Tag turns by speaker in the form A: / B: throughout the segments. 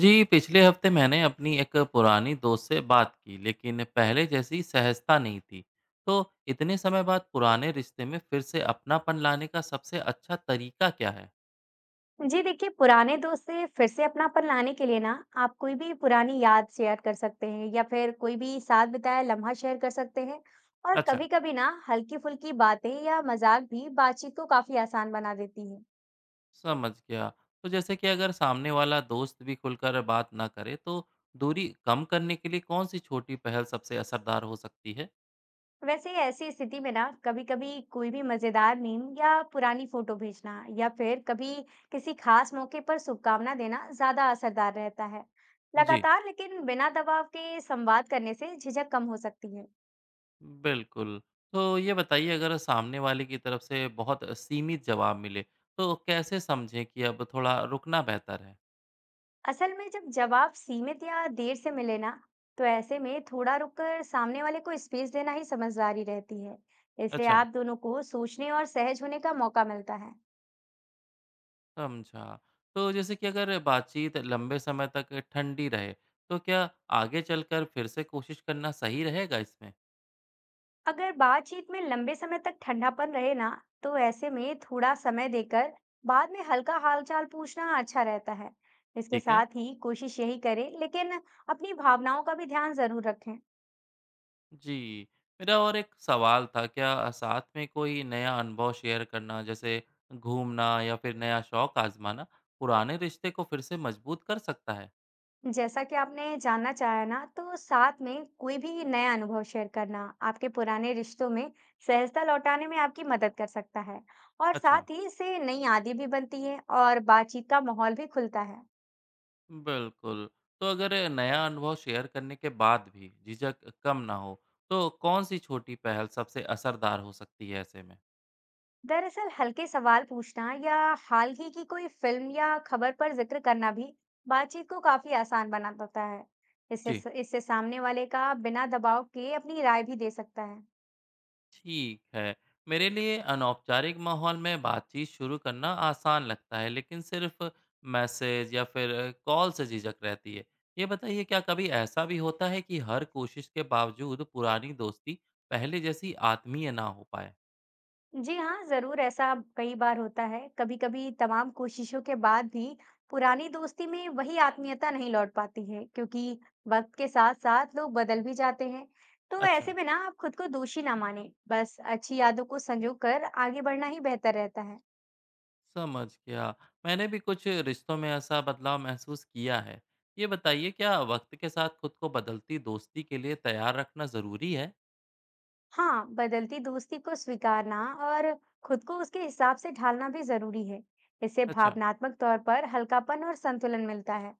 A: जी, पिछले हफ्ते मैंने अपनी एक पुरानी दोस्त से बात की, लेकिन पहले जैसी सहजता नहीं थी। तो इतने समय बाद पुराने रिश्ते में फिर से अपनापन लाने का सबसे अच्छा तरीका क्या है?
B: जी देखिए, पुराने दोस्त से फिर से अपनापन लाने के लिए ना आप कोई भी पुरानी याद शेयर कर सकते हैं या फिर कोई भी साथ बिताया लम्हा शेयर कर सकते हैं। और
A: अच्छा,
B: कभी कभी ना हल्की फुल्की बातें या मजाक भी बातचीत को काफी आसान बना देती है।
A: समझ गया। तो जैसे कि अगर सामने वाला दोस्त भी खुलकर बात ना करे, तो दूरी कम करने के लिए कौन सी छोटी पहल सबसे असरदार हो सकती है?
B: वैसे ऐसी स्थिति में ना कभी कभी कोई भी मजेदार मीम या पुरानी फोटो भेजना या फिर कभी किसी खास मौके पर शुभकामना देना ज्यादा असरदार रहता है।
A: जी।
B: लगातार लेकिन बिना दबाव के संवाद करने से झिझक कम हो सकती है।
A: बिल्कुल। तो ये बताइए, अगर सामने वाले की तरफ से बहुत सीमित जवाब मिले, तो कैसे समझें कि अब थोड़ा रुकना बेहतर है?
B: असल में जब जवाब सीमित या देर से मिले ना, तो ऐसे में थोड़ा रुककर सामने वाले को स्पेस देना ही समझदारी रहती है। इससे
A: अच्छा,
B: आप दोनों को सोचने और सहज होने का मौका मिलता है।
A: समझा। तो जैसे कि अगर बातचीत लंबे समय तक ठंडी रहे, तो क्या आगे चलकर फिर से कोशिश करना सही रहेगा इसमें?
B: अगर बातचीत में लंबे समय तक ठंडापन रहे ना, तो ऐसे में थोड़ा समय देकर बाद में हल्का हालचाल पूछना अच्छा रहता है। इसके
A: ठीक है।
B: साथ ही कोशिश यही करें, लेकिन अपनी भावनाओं का भी ध्यान जरूर रखें।
A: जी, मेरा और एक सवाल था, क्या साथ में कोई नया अनुभव शेयर करना, जैसे घूमना या फिर नया शौक आज़माना, पुराने रिश्ते को फिर से मजबूत कर सकता है?
B: जैसा कि आपने जानना चाहा ना, तो साथ में कोई भी नया अनुभव शेयर करना आपके पुराने रिश्तों में सहजता लौटाने में आपकी मदद कर सकता है। और
A: अच्छा,
B: साथ ही इससे नई यादें भी बनती है और बातचीत का माहौल भी खुलता है।
A: बिल्कुल। तो अगर नया अनुभव शेयर करने के बाद भी झिझक कम ना हो, तो कौन-सी छोटी पहल सबसे असरदार हो सकती है ऐसे में?
B: दरअसल हल्के सवाल पूछना या हाल ही की कोई फिल्म या खबर पर जिक्र करना भी बातचीत को काफी आसान बना देता है।
A: जी।
B: इससे इससे सामने वाले का बिना दबाव के अपनी राय भी दे सकता है।
A: ठीक है। मेरे लिए अनौपचारिक माहौल में बातचीत शुरू करना आसान लगता है, लेकिन सिर्फ मैसेज या फिर कॉल से झिझक रहती है। ये बताइए, क्या कभी ऐसा भी होता है कि हर कोशिश के बावजूद पुरानी दोस्ती पहले जैसी आत्मीय ना हो पाए?
B: जी हाँ, ज़रूर ऐसा कई बार होता है। कभी-कभी तमाम कोशिशों के बाद भी पुरानी दोस्ती में वही आत्मीयता नहीं लौट पाती है, क्योंकि वक्त के साथ-साथ लोग बदल भी जाते हैं। तो ऐसे
A: अच्छा,
B: में ना आप खुद को दोषी ना मानें, बस अच्छी यादों को संजो कर आगे बढ़ना ही बेहतर रहता है।
A: समझ गया। मैंने भी कुछ रिश्तों में ऐसा बदलाव महसूस किया है। ये बताइए, क्या वक्त के साथ खुद को बदलती दोस्ती के लिए तैयार रखना ज़रूरी है?
B: हाँ, बदलती दोस्ती को स्वीकारना और खुद को उसके हिसाब से ढालना भी ज़रूरी है। इससे
A: अच्छा,
B: भावनात्मक तौर पर हल्कापन और संतुलन मिलता है।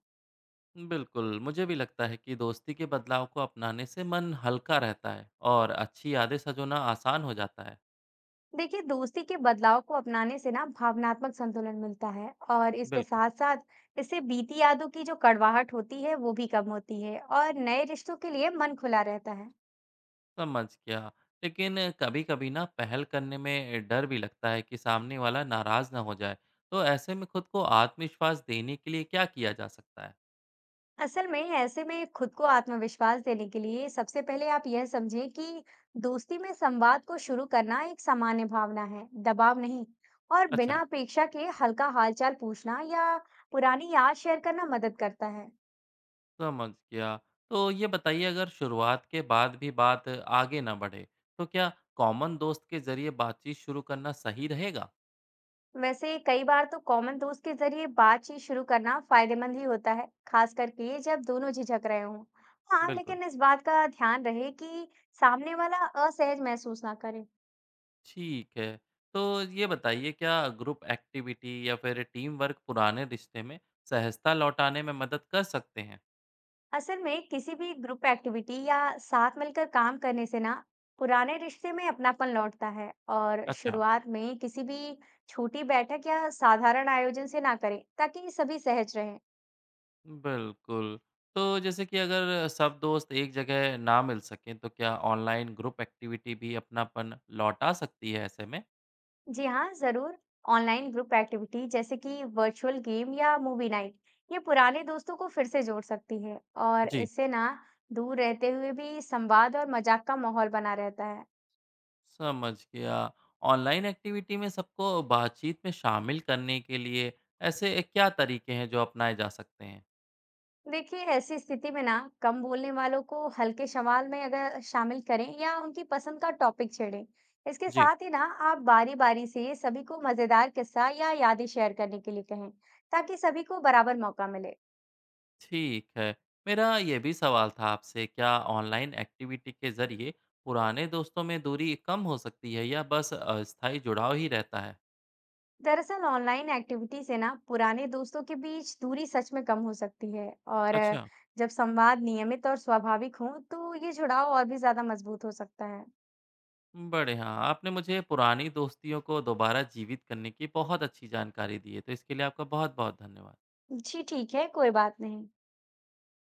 A: बिल्कुल, मुझे भी लगता है कि दोस्ती के बदलाव को अपनाने से मन हल्का रहता है और अच्छी यादें सजोना आसान हो जाता है।
B: देखिए, दोस्ती के बदलाव को अपनाने से ना भावनात्मक संतुलन मिलता है, और इसके
A: बिल्कुल।
B: साथ साथ इससे बीती यादों की जो कड़वाहट होती है वो भी कम होती है और नए रिश्तों के लिए मन खुला रहता है।
A: समझ गया। लेकिन कभी-कभी ना पहल करने में डर भी लगता है कि सामने वाला नाराज ना हो जाए। तो ऐसे में खुद को आत्मविश्वास देने के लिए क्या किया जा सकता है?
B: असल में ऐसे में खुद को आत्मविश्वास देने के लिए सबसे पहले आप यह समझें कि दोस्ती में संवाद को शुरू करना एक सामान्य भावना है, दबाव नहीं। और
A: अच्छा,
B: बिना अपेक्षा के हल्का हालचाल पूछना या पुरानी याद शेयर करना मदद करता है।
A: समझ गया। तो ये बताइए, अगर शुरुआत के बाद भी बात आगे ना बढ़े, तो क्या कॉमन दोस्त के जरिए बातचीत शुरू करना सही रहेगा?
B: वैसे कई बार तो कॉमन दोस्त के जरिए बातचीत शुरू करना फायदेमंद ही होता है, खास करके जब दोनों झिझक रहे हों। हाँ,
A: बिल्कुल।
B: लेकिन इस बात का ध्यान रहे कि सामने वाला असहज महसूस ना करे।
A: ठीक है। तो ये बताइए, क्या ग्रुप एक्टिविटी या फिर टीम वर्क पुराने रिश्ते में सहजता लौटाने में मदद कर सकते हैं?
B: असल में किसी भी ग्रुप एक्टिविटी या साथ मिलकर काम करने से ना पुराने रिश्ते में अपनापन लौटता है। और
A: अच्छा,
B: शुरुआत में किसी भी छोटी बैठक या साधारण आयोजन से ना करें ताकि सभी सहज रहें।
A: बिल्कुल। तो जैसे कि अगर सब दोस्त एक जगह ना मिल सकें, तो क्या ऑनलाइन ग्रुप एक्टिविटी भी अपनापन लौटा सकती है ऐसे में?
B: जी हाँ, जरूर। ऑनलाइन ग्रुप एक्टिविटी जैसे कि वर्चुअल गेम या मूवी नाइट, ये पुराने दोस्तों को फिर से जोड़ सकती है। और
A: जी।
B: इससे ना दूर रहते हुए भी संवाद और मजाक का माहौल बना रहता है।
A: समझ गया। ऑनलाइन एक्टिविटी में सबको बातचीत में शामिल करने के लिए ऐसे क्या तरीके हैं जो अपनाए जा सकते हैं?
B: देखिए, ऐसी स्थिति में ना कम बोलने वालों को हल्के सवाल में अगर शामिल करें या उनकी पसंद का टॉपिक छेड़ें। इसके
A: जी।
B: साथ ही ना आप बारी बारी से सभी को मजेदार किस्सा या यादें शेयर करने के लिए कहें, ताकि सभी को बराबर मौका मिले।
A: ठीक है। मेरा ये भी सवाल था आपसे, क्या ऑनलाइन एक्टिविटी के ज़रिए पुराने दोस्तों में दूरी कम हो सकती है या बस अस्थायी जुड़ाव ही रहता है?
B: दरअसल ऑनलाइन एक्टिविटी से ना पुराने दोस्तों के बीच दूरी सच में कम हो सकती है। और अ,
A: अच्छा,
B: जब संवाद नियमित और स्वाभाविक हो तो ये जुड़ाव और भी ज्यादा मजबूत हो सकता है।
A: बढ़िया, आपने मुझे पुरानी दोस्तियों को दोबारा जीवित करने की बहुत अच्छी जानकारी दी है, तो इसके लिए आपका बहुत-बहुत धन्यवाद।
B: जी ठीक है, कोई बात नहीं।